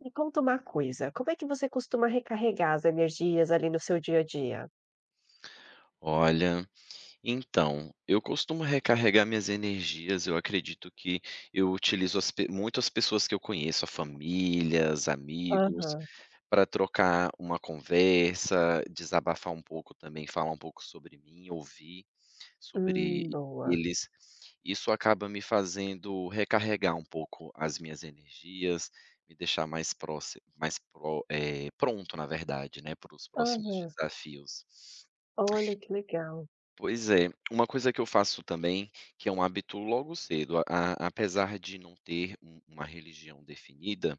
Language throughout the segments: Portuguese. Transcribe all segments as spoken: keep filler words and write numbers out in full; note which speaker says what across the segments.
Speaker 1: Me conta uma coisa, como é que você costuma recarregar as energias ali no seu dia a dia?
Speaker 2: Olha, então, eu costumo recarregar minhas energias, eu acredito que eu utilizo as pe muito as pessoas que eu conheço, a famílias, amigos,
Speaker 1: Aham,
Speaker 2: para trocar uma conversa, desabafar um pouco também, falar um pouco sobre mim, ouvir sobre
Speaker 1: hum, boa.
Speaker 2: eles. Isso acaba me fazendo recarregar um pouco as minhas energias, me deixar mais próximo mais pro eh, pronto, na verdade, né, para os próximos
Speaker 1: Aham,
Speaker 2: desafios.
Speaker 1: olha que legal.
Speaker 2: Pois é, uma coisa que eu faço também, que é um hábito logo cedo, a a apesar de não ter um uma religião definida,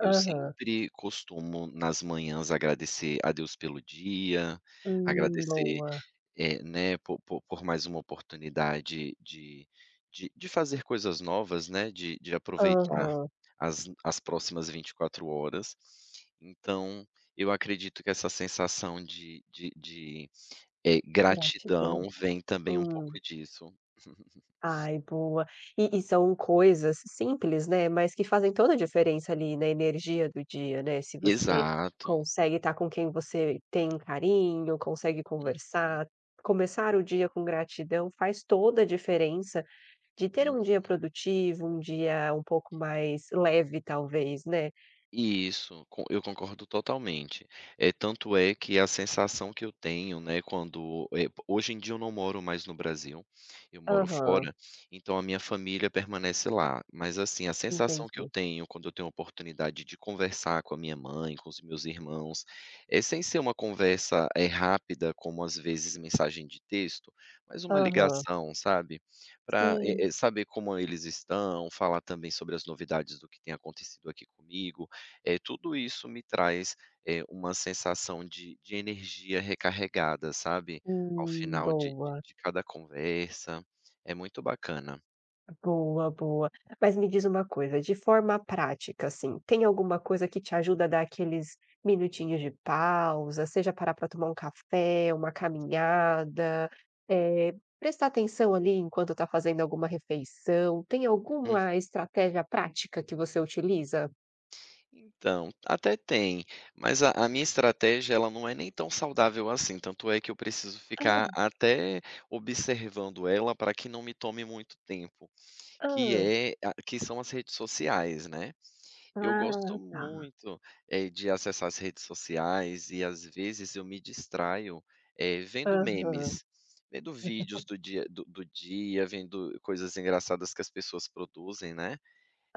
Speaker 2: eu sempre costumo nas manhãs agradecer a Deus pelo dia,
Speaker 1: hum,
Speaker 2: agradecer,
Speaker 1: boa.
Speaker 2: eh, né, por po por mais uma oportunidade de de de fazer coisas novas, né, de de aproveitar
Speaker 1: Aham,
Speaker 2: as as próximas vinte e quatro horas. Então, eu acredito que essa sensação de de de é,
Speaker 1: gratidão.
Speaker 2: gratidão vem também um
Speaker 1: Hum,
Speaker 2: pouco disso.
Speaker 1: ai, boa. E, e são coisas simples, né, mas que fazem toda a diferença ali na energia do dia, né? Se você
Speaker 2: Exato.
Speaker 1: consegue estar com quem você tem um carinho, consegue
Speaker 2: Uhum.
Speaker 1: conversar, começar o dia com gratidão faz toda a diferença de ter um dia produtivo, um dia um pouco mais leve talvez, né.
Speaker 2: Isso, co eu concordo totalmente. É tanto é que a sensação que eu tenho, né, quando eh, hoje em dia eu não moro mais no Brasil, eu moro
Speaker 1: Aham,
Speaker 2: fora, então a minha família permanece lá. Mas, assim, a sensação que eu
Speaker 1: entendi.
Speaker 2: tenho quando eu tenho a oportunidade de conversar com a minha mãe, com os meus irmãos, é sem ser uma conversa, eh, rápida, como às vezes mensagem de texto, mas uma
Speaker 1: Aham.
Speaker 2: ligação, sabe, para
Speaker 1: Sim.
Speaker 2: saber como eles estão, falar também sobre as novidades do que tem acontecido aqui comigo. É tudo isso me traz, eh, uma sensação de de energia recarregada, sabe, ao
Speaker 1: Hum,
Speaker 2: final de
Speaker 1: boa,
Speaker 2: de cada conversa, é muito bacana.
Speaker 1: boa, boa. Mas me diz uma coisa, de forma prática, assim, tem alguma coisa que te ajuda a dar aqueles minutinhos de pausa, seja parar para tomar um café, uma caminhada, eh, prestar atenção ali enquanto está fazendo alguma refeição, tem
Speaker 2: Hum,
Speaker 1: alguma estratégia prática que você utiliza?
Speaker 2: então, até tem, mas a a minha estratégia ela não é nem tão saudável assim, tanto é que eu preciso
Speaker 1: Hã,
Speaker 2: ficar até observando ela para que não me tome muito tempo, que
Speaker 1: hã.
Speaker 2: é a que são as redes sociais, né. Eu
Speaker 1: Ah,
Speaker 2: gosto
Speaker 1: tá.
Speaker 2: muito, eh, de acessar as redes sociais e às vezes eu me distraio, eh, vendo
Speaker 1: Aham,
Speaker 2: memes, vendo vídeos do dia do do dia, vendo coisas engraçadas que as pessoas produzem, né.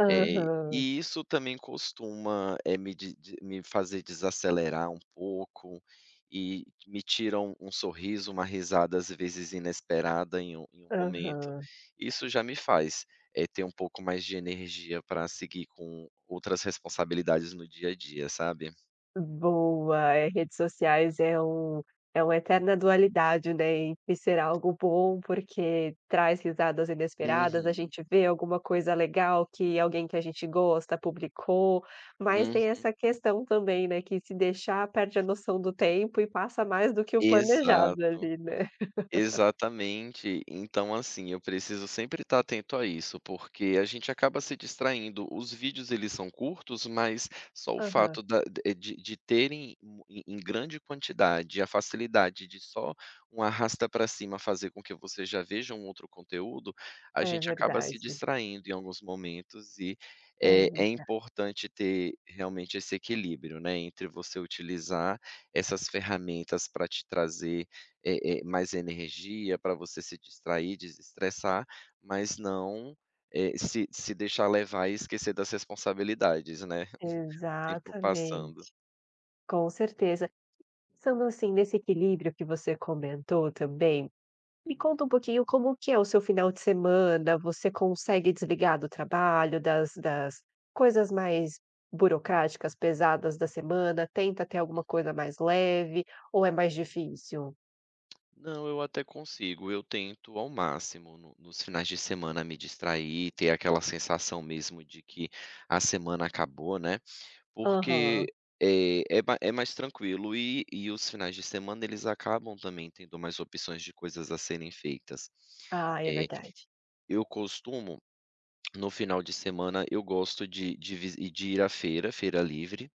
Speaker 2: É,
Speaker 1: aham,
Speaker 2: e isso também costuma, eh, me de de me fazer desacelerar um pouco e me tira um um sorriso, uma risada, às vezes, inesperada em um em um momento.
Speaker 1: aham.
Speaker 2: Isso já me faz, eh, ter um pouco mais de energia para seguir com outras responsabilidades no dia a dia, sabe.
Speaker 1: Boa. É, redes sociais é um é uma eterna dualidade, né, entre ser algo bom, porque traz risadas inesperadas, a
Speaker 2: Uhum.
Speaker 1: gente vê alguma coisa legal que alguém que a gente gosta publicou, mas
Speaker 2: Hum.
Speaker 1: tem essa questão também, né, que se deixar perde a noção do tempo e passa mais do que o planejado
Speaker 2: Exato.
Speaker 1: ali, né.
Speaker 2: Exatamente. Então, assim, eu preciso sempre estar atento a isso, porque a gente acaba se distraindo. Os vídeos, eles são curtos, mas só o
Speaker 1: Aham.
Speaker 2: fato da de de de terem mu em em grande quantidade, a facilidade de só um arrasta para cima fazer com que você já veja um outro conteúdo, a
Speaker 1: É
Speaker 2: gente acaba se
Speaker 1: verdade,
Speaker 2: distraindo em alguns momentos e é
Speaker 1: é
Speaker 2: é
Speaker 1: verdade.
Speaker 2: importante ter realmente esse equilíbrio, né, entre você utilizar essas ferramentas para te trazer eh eh, mais energia para você se distrair, desestressar, mas não, eh, se se deixar levar e esquecer das responsabilidades, né, o tempo passando.
Speaker 1: Exatamente, com certeza. Pensando assim, nesse equilíbrio que você comentou também, me
Speaker 2: Hum.
Speaker 1: conta um pouquinho como que é o seu final de semana, você consegue desligar do trabalho, das das coisas mais burocráticas, pesadas da semana, tenta ter alguma coisa mais leve, ou é mais difícil?
Speaker 2: Não, eu até consigo, eu tento ao máximo no nos finais de semana me distrair, ter aquela sensação mesmo de que a semana acabou, né,
Speaker 1: Aham.
Speaker 2: porque, eh, é ma é mais tranquilo e e os finais de semana eles acabam também tendo mais opções de coisas a serem feitas.
Speaker 1: Ah, é
Speaker 2: Eh
Speaker 1: verdade.
Speaker 2: Eu costumo, no final de semana, eu gosto de de vis de ir à feira, feira livre,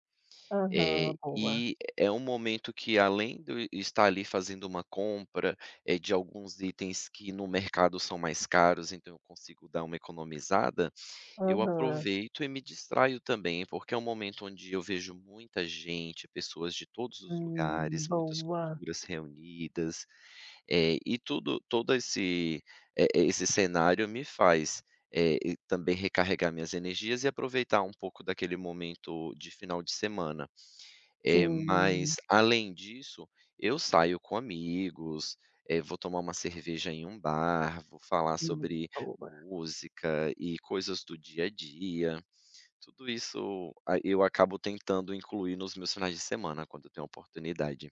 Speaker 2: eh,
Speaker 1: Aham, boa.
Speaker 2: e é um momento que além de eu estar ali fazendo uma compra, eh, de alguns itens que no mercado são mais caros, então eu consigo dar uma economizada, eu
Speaker 1: Aham.
Speaker 2: aproveito e me distraio também, porque é um momento onde eu vejo muita gente, pessoas de todos os
Speaker 1: Hum,
Speaker 2: lugares, muitas
Speaker 1: boa.
Speaker 2: culturas reunidas, eh, e tudo todo esse, eh, eh, esse cenário me faz, eh, e também recarregar minhas energias e aproveitar um pouco daquele momento de final de semana. Eh, mas
Speaker 1: Sim,
Speaker 2: além disso, eu saio com amigos, eh, vou tomar uma cerveja em um bar, vou falar
Speaker 1: sim,
Speaker 2: sobre
Speaker 1: boa.
Speaker 2: música e coisas do dia a dia. Tudo isso a eu acabo tentando incluir nos meus finais de semana, quando eu tenho oportunidade.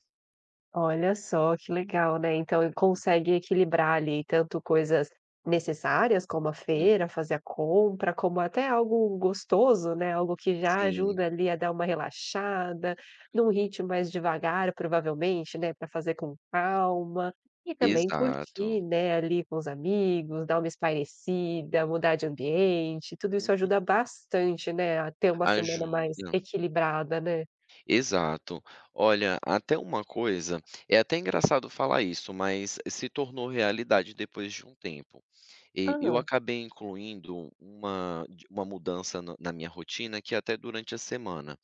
Speaker 1: Olha só, que legal, né, então ele consegue equilibrar ali tanto coisas necessárias, como a
Speaker 2: Uhum.
Speaker 1: feira, fazer a compra, como até algo gostoso, né, algo que já
Speaker 2: Sim,
Speaker 1: ajuda ali a dar uma relaxada, num ritmo mais devagar provavelmente, né, para fazer com calma, e também curtir,
Speaker 2: exato.
Speaker 1: né, ali com os amigos, dar uma espairecida, mudar de ambiente, tudo isso
Speaker 2: Uhum.
Speaker 1: ajuda bastante, né, a ter uma semana mais
Speaker 2: Ajuda.
Speaker 1: equilibrada, né.
Speaker 2: Exato. Olha, até uma coisa, é até engraçado falar isso, mas se tornou realidade depois de um tempo. E eu
Speaker 1: Ah,
Speaker 2: acabei incluindo uma, de- uma mudança na na minha rotina que é até durante a semana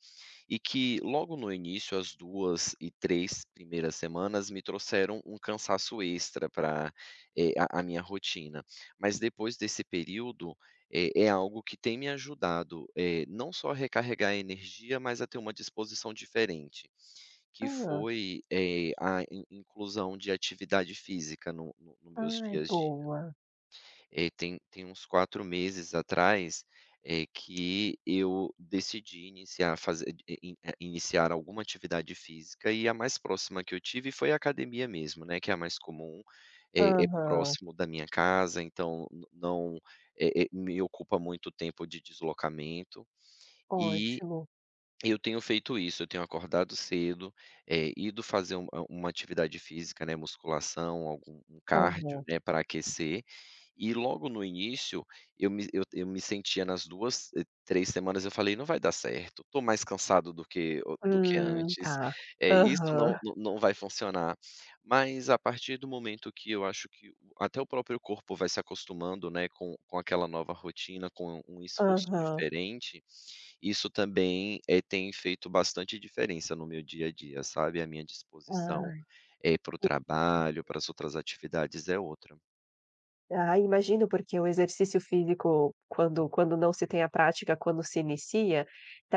Speaker 2: e que logo no início, as duas e três primeiras semanas me trouxeram um cansaço extra para, eh, a a minha rotina. Mas depois desse período, eh, é algo que tem me ajudado, eh, não só a recarregar a energia, mas a ter uma disposição diferente, que
Speaker 1: ah,
Speaker 2: foi, eh, a in inclusão de atividade física no no no meus
Speaker 1: ai,
Speaker 2: dias de
Speaker 1: boa.
Speaker 2: eh, tem tem uns quatro meses atrás, eh, que eu decidi iniciar fazer in in eh, iniciar alguma atividade física e a mais próxima que eu tive foi a academia mesmo, né, que é a mais comum, é é
Speaker 1: Aham,
Speaker 2: próximo da minha casa, então n não, eh eh, me ocupa muito tempo de deslocamento,
Speaker 1: ótimo.
Speaker 2: eu tenho feito isso, eu tenho acordado cedo, eh, ido fazer uma uma atividade física, né, musculação, algum um cardio,
Speaker 1: Aham.
Speaker 2: né, para aquecer, e logo no início eu me eu eu me sentia nas duas, eh, três semanas eu falei: "Não vai dar certo, estou mais cansado do que o do que
Speaker 1: Hum, tá.
Speaker 2: antes, eh, isso não
Speaker 1: Aham,
Speaker 2: não não vai funcionar". Mas a partir do momento que eu acho que o até o próprio corpo vai se acostumando, né, com com aquela nova rotina, com um esforço
Speaker 1: aham.
Speaker 2: diferente isso também, eh, tem feito bastante diferença no meu dia a dia, sabe, a minha disposição,
Speaker 1: Ah.
Speaker 2: eh, para o trabalho, para as outras atividades é outra.
Speaker 1: Ah, imagino, porque o exercício físico, quando quando não se tem a prática, quando se inicia,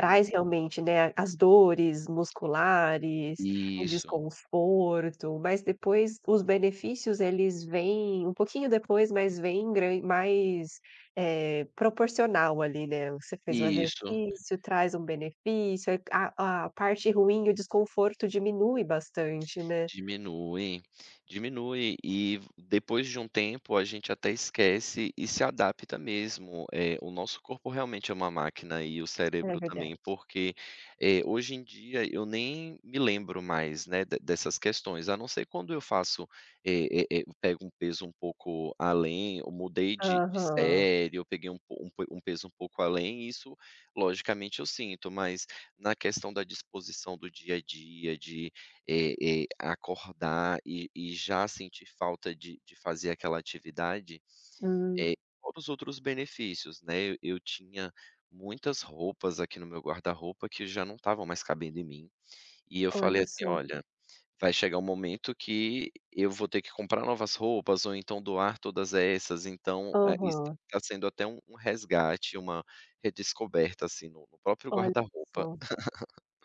Speaker 2: Hum.
Speaker 1: realmente, né, as dores musculares, o
Speaker 2: Isso,
Speaker 1: desconforto, mas depois os benefícios eles vêm um pouquinho depois, mas vem gran mais, eh, proporcional ali, né. Você fez o
Speaker 2: isso.
Speaker 1: exercício, traz um benefício, aí a a parte ruim, o desconforto diminui bastante, né.
Speaker 2: Diminui, diminui e depois de um tempo a gente até esquece e se adapta mesmo, eh, o nosso corpo realmente é uma máquina e o
Speaker 1: É
Speaker 2: cérebro também,
Speaker 1: verdade.
Speaker 2: porque, eh, hoje em dia eu nem me lembro mais, né, de dessas questões, a não ser quando eu faço, eh eh eh, pego um peso um pouco além, eu mudei de de
Speaker 1: Aham.
Speaker 2: série, eu peguei um po um po um peso um pouco além, e isso logicamente eu sinto, mas na questão da disposição do dia a dia, de eh eh, acordar e e já sentir falta de de fazer aquela atividade,
Speaker 1: Hum,
Speaker 2: eh, fora os outros benefícios, né, eu eu tinha muitas roupas aqui no meu guarda-roupa que já não estavam mais cabendo em mim, e eu falei
Speaker 1: olha
Speaker 2: assim:
Speaker 1: só.
Speaker 2: "Olha, vai chegar um momento que eu vou ter que comprar novas roupas ou então doar todas essas", então, eh, isso
Speaker 1: Aham,
Speaker 2: tá sendo até um um resgate, uma redescoberta, assim, no no próprio
Speaker 1: olha
Speaker 2: guarda-roupa.
Speaker 1: só.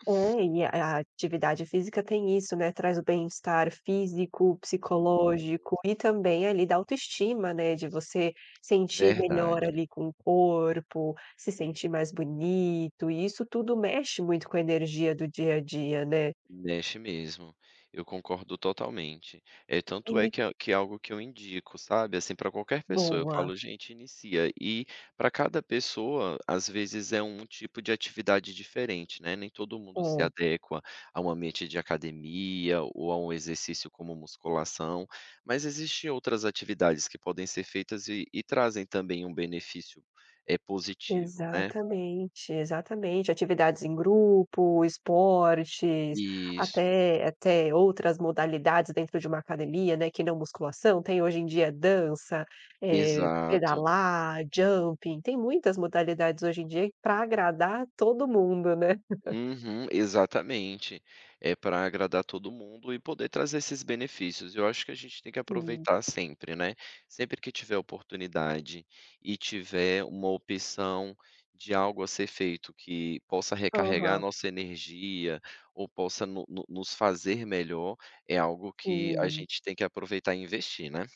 Speaker 1: É, e a a atividade física tem isso, né, traz o bem-estar físico,
Speaker 2: Uhum.
Speaker 1: psicológico e também ali da autoestima, né, de você sentir melhor
Speaker 2: Verdade.
Speaker 1: ali com o corpo, se sentir mais bonito, e isso tudo mexe muito com a energia do dia a dia, né.
Speaker 2: Mexe mesmo, eu concordo totalmente. É
Speaker 1: E
Speaker 2: tanto é
Speaker 1: me
Speaker 2: que é que é algo que eu indico, sabe, assim, para qualquer pessoa, eu
Speaker 1: Boa.
Speaker 2: falo: "Gente, inicia", e para cada pessoa, às vezes, é um tipo de atividade diferente, né, nem todo mundo se
Speaker 1: É.
Speaker 2: adequa a um ambiente de academia ou a um exercício como musculação, mas existem outras atividades que podem ser feitas e e trazem também um benefício, é positivo, né.
Speaker 1: Exatamente, exatamente. Atividades em grupo, esportes,
Speaker 2: Isso,
Speaker 1: até até outras modalidades dentro de uma academia, né, que não musculação, tem hoje em dia dança, eh,
Speaker 2: exato.
Speaker 1: pedalar, jumping, tem muitas modalidades hoje em dia para agradar todo mundo, né.
Speaker 2: Uhum, exatamente. É para agradar todo mundo e poder trazer esses benefícios. Eu acho que a gente tem que
Speaker 1: Sim.
Speaker 2: aproveitar sempre, né? Sempre que tiver oportunidade e tiver uma opção de algo a ser feito que possa recarregar a
Speaker 1: Aham,
Speaker 2: nossa energia ou possa no- no- nos fazer melhor, é algo que a
Speaker 1: sim.
Speaker 2: gente tem que aproveitar e investir, né?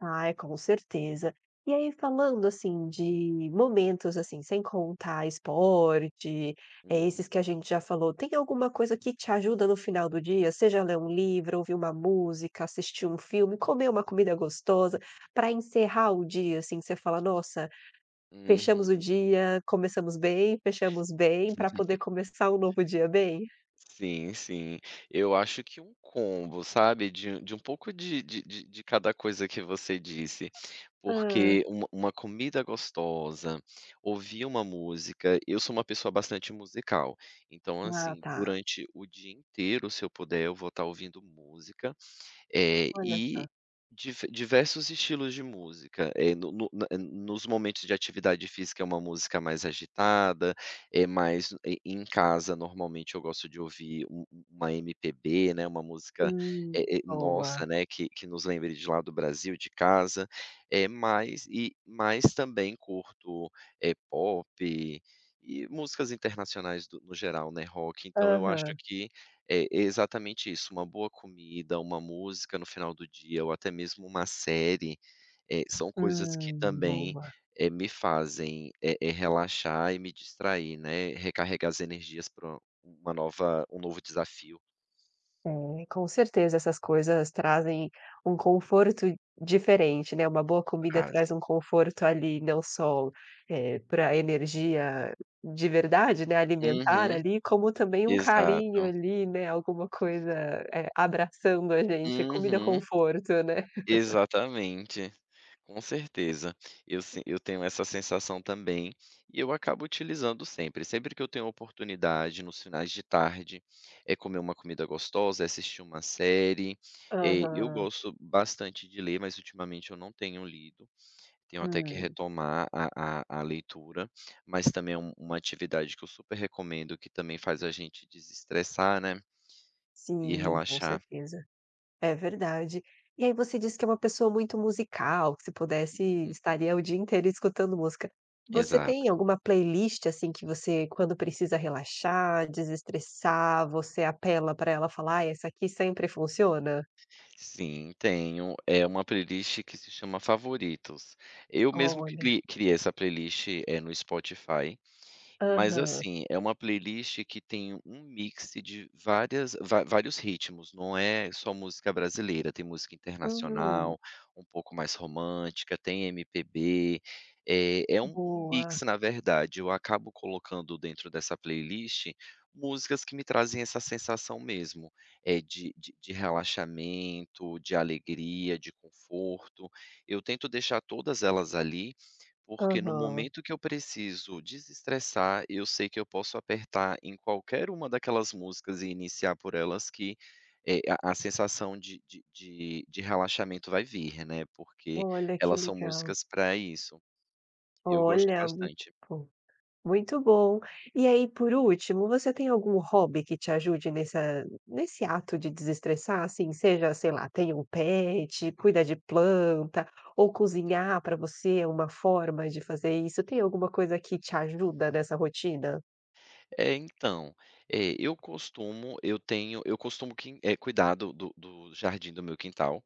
Speaker 1: Ai, com certeza. E aí falando, assim, de momentos, assim, sem contar esporte, é
Speaker 2: Uhum,
Speaker 1: esses que a gente já falou, tem alguma coisa que te ajuda no final do dia? Seja ler um livro, ouvir uma música, assistir um filme, comer uma comida gostosa, para encerrar o dia, assim, que você fala: "Nossa,
Speaker 2: uhum.
Speaker 1: fechamos o dia, começamos bem, fechamos bem", para poder começar um novo dia bem?
Speaker 2: Sim, sim. Eu acho que um combo, sabe, de de um pouco de de de de cada coisa que você disse,
Speaker 1: Hã.
Speaker 2: porque uma uma comida gostosa, ouvir uma música eu sou uma pessoa bastante musical, então,
Speaker 1: Ah,
Speaker 2: assim,
Speaker 1: tá.
Speaker 2: durante o dia inteiro, se eu puder, eu vou estar ouvindo música, eh,
Speaker 1: Olha
Speaker 2: e
Speaker 1: só.
Speaker 2: dife diversos estilos de música, eh, no no na eh, nos momentos de atividade física é uma música mais agitada, é mais e em casa normalmente eu gosto de ouvir um um, uma M P B, né, uma música,
Speaker 1: Hum,
Speaker 2: eh eh,
Speaker 1: boa.
Speaker 2: nossa, né, que que nos lembre de lá do Brasil, de casa, é mais e mais também curto, eh, pop e músicas internacionais do no geral, né, rock, então eu acho
Speaker 1: Aham.
Speaker 2: que é é exatamente isso, uma boa comida, uma música no final do dia ou até mesmo uma série, eh, são coisas que
Speaker 1: Hum,
Speaker 2: também,
Speaker 1: boa.
Speaker 2: eh, me fazem, eh eh, relaxar e me distrair, né, recarregar as energias pra uma nova um novo desafio.
Speaker 1: É, com certeza essas coisas trazem um conforto diferente, né, uma boa comida traz
Speaker 2: Trazem.
Speaker 1: um conforto ali, não só, para energia de verdade, né, alimentar
Speaker 2: Uhum,
Speaker 1: ali, como também um carinho
Speaker 2: exato.
Speaker 1: ali, né, alguma coisa, eh, abraçando a gente, comida
Speaker 2: Uhum,
Speaker 1: conforto, né.
Speaker 2: exatamente. Com certeza. Eu se eu tenho essa sensação também, e eu acabo utilizando sempre. Sempre que eu tenho oportunidade, nos finais de tarde, é comer uma comida gostosa, é assistir uma série. Eh, eu
Speaker 1: Aham.
Speaker 2: gosto bastante de ler, mas ultimamente eu não tenho lido. Tenho até que
Speaker 1: Hum,
Speaker 2: retomar a a a leitura, mas também é um uma atividade que eu super recomendo, que também faz a gente desestressar, né, e
Speaker 1: sim, com
Speaker 2: relaxar.
Speaker 1: certeza. É verdade. E aí você disse que é uma pessoa muito musical, que se pudesse
Speaker 2: Uhum.
Speaker 1: estaria o dia inteiro escutando música. Você
Speaker 2: Exato.
Speaker 1: tem alguma playlist, assim, que você quando precisa relaxar, desestressar, você apela para ela falar: "Ai, essa aqui sempre funciona"?
Speaker 2: Sim, tenho. É uma playlist que se chama Favoritos. Eu mesmo
Speaker 1: Olha.
Speaker 2: cri criei essa playlist, é no Spotify, mas
Speaker 1: Aham.
Speaker 2: assim, é uma playlist que tem um mix de várias va vários ritmos, não é só música brasileira, tem música
Speaker 1: Uhum.
Speaker 2: internacional, um pouco mais romântica, tem M P B, eh, é é um um
Speaker 1: Boa.
Speaker 2: mix na verdade, eu acabo colocando dentro dessa playlist, músicas que me trazem essa sensação mesmo, eh, de de de relaxamento, de alegria, de conforto. Eu tento deixar todas elas ali, porque no
Speaker 1: Aham.
Speaker 2: momento que eu preciso desestressar, eu sei que eu posso apertar em qualquer uma daquelas músicas e iniciar por elas que, eh, a a sensação de de de de relaxamento vai vir, né, porque
Speaker 1: Olha, que
Speaker 2: elas são
Speaker 1: legal.
Speaker 2: músicas para isso. Eu gosto
Speaker 1: Olha, muito
Speaker 2: bastante.
Speaker 1: bom. Muito bom. E aí, por último, você tem algum hobby que te ajude nessa nesse ato de desestressar, assim, seja, sei lá, tem um pet, cuida de planta, ou cozinhar para você é uma forma de fazer isso. Tem alguma coisa que te ajuda nessa rotina?
Speaker 2: É, então, eh, eu costumo eu tenho eu costumo quin é cuidar do do do jardim do meu quintal,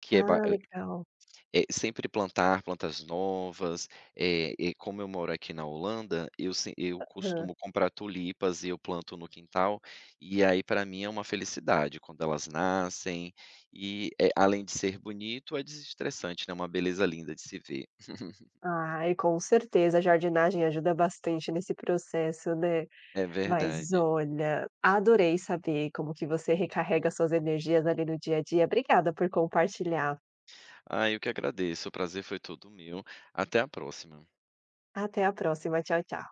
Speaker 2: que é.
Speaker 1: Ah, legal.
Speaker 2: É, sempre plantar plantas novas, é eh, como eu moro aqui na Holanda, eu se eu
Speaker 1: Aham.
Speaker 2: costumo comprar tulipas e eu planto no quintal, e aí para mim é uma felicidade quando elas nascem, e, eh, além de ser bonito, é desestressante, né, uma beleza linda de se ver.
Speaker 1: Ai, com certeza, a jardinagem ajuda bastante nesse processo, né.
Speaker 2: É
Speaker 1: Mas
Speaker 2: verdade.
Speaker 1: olha, adorei saber como que você recarrega suas energias ali no dia a dia. Obrigada por compartilhar.
Speaker 2: Ah, eu que agradeço, o prazer foi todo meu. Até a próxima.
Speaker 1: Até a próxima. Tchau, tchau.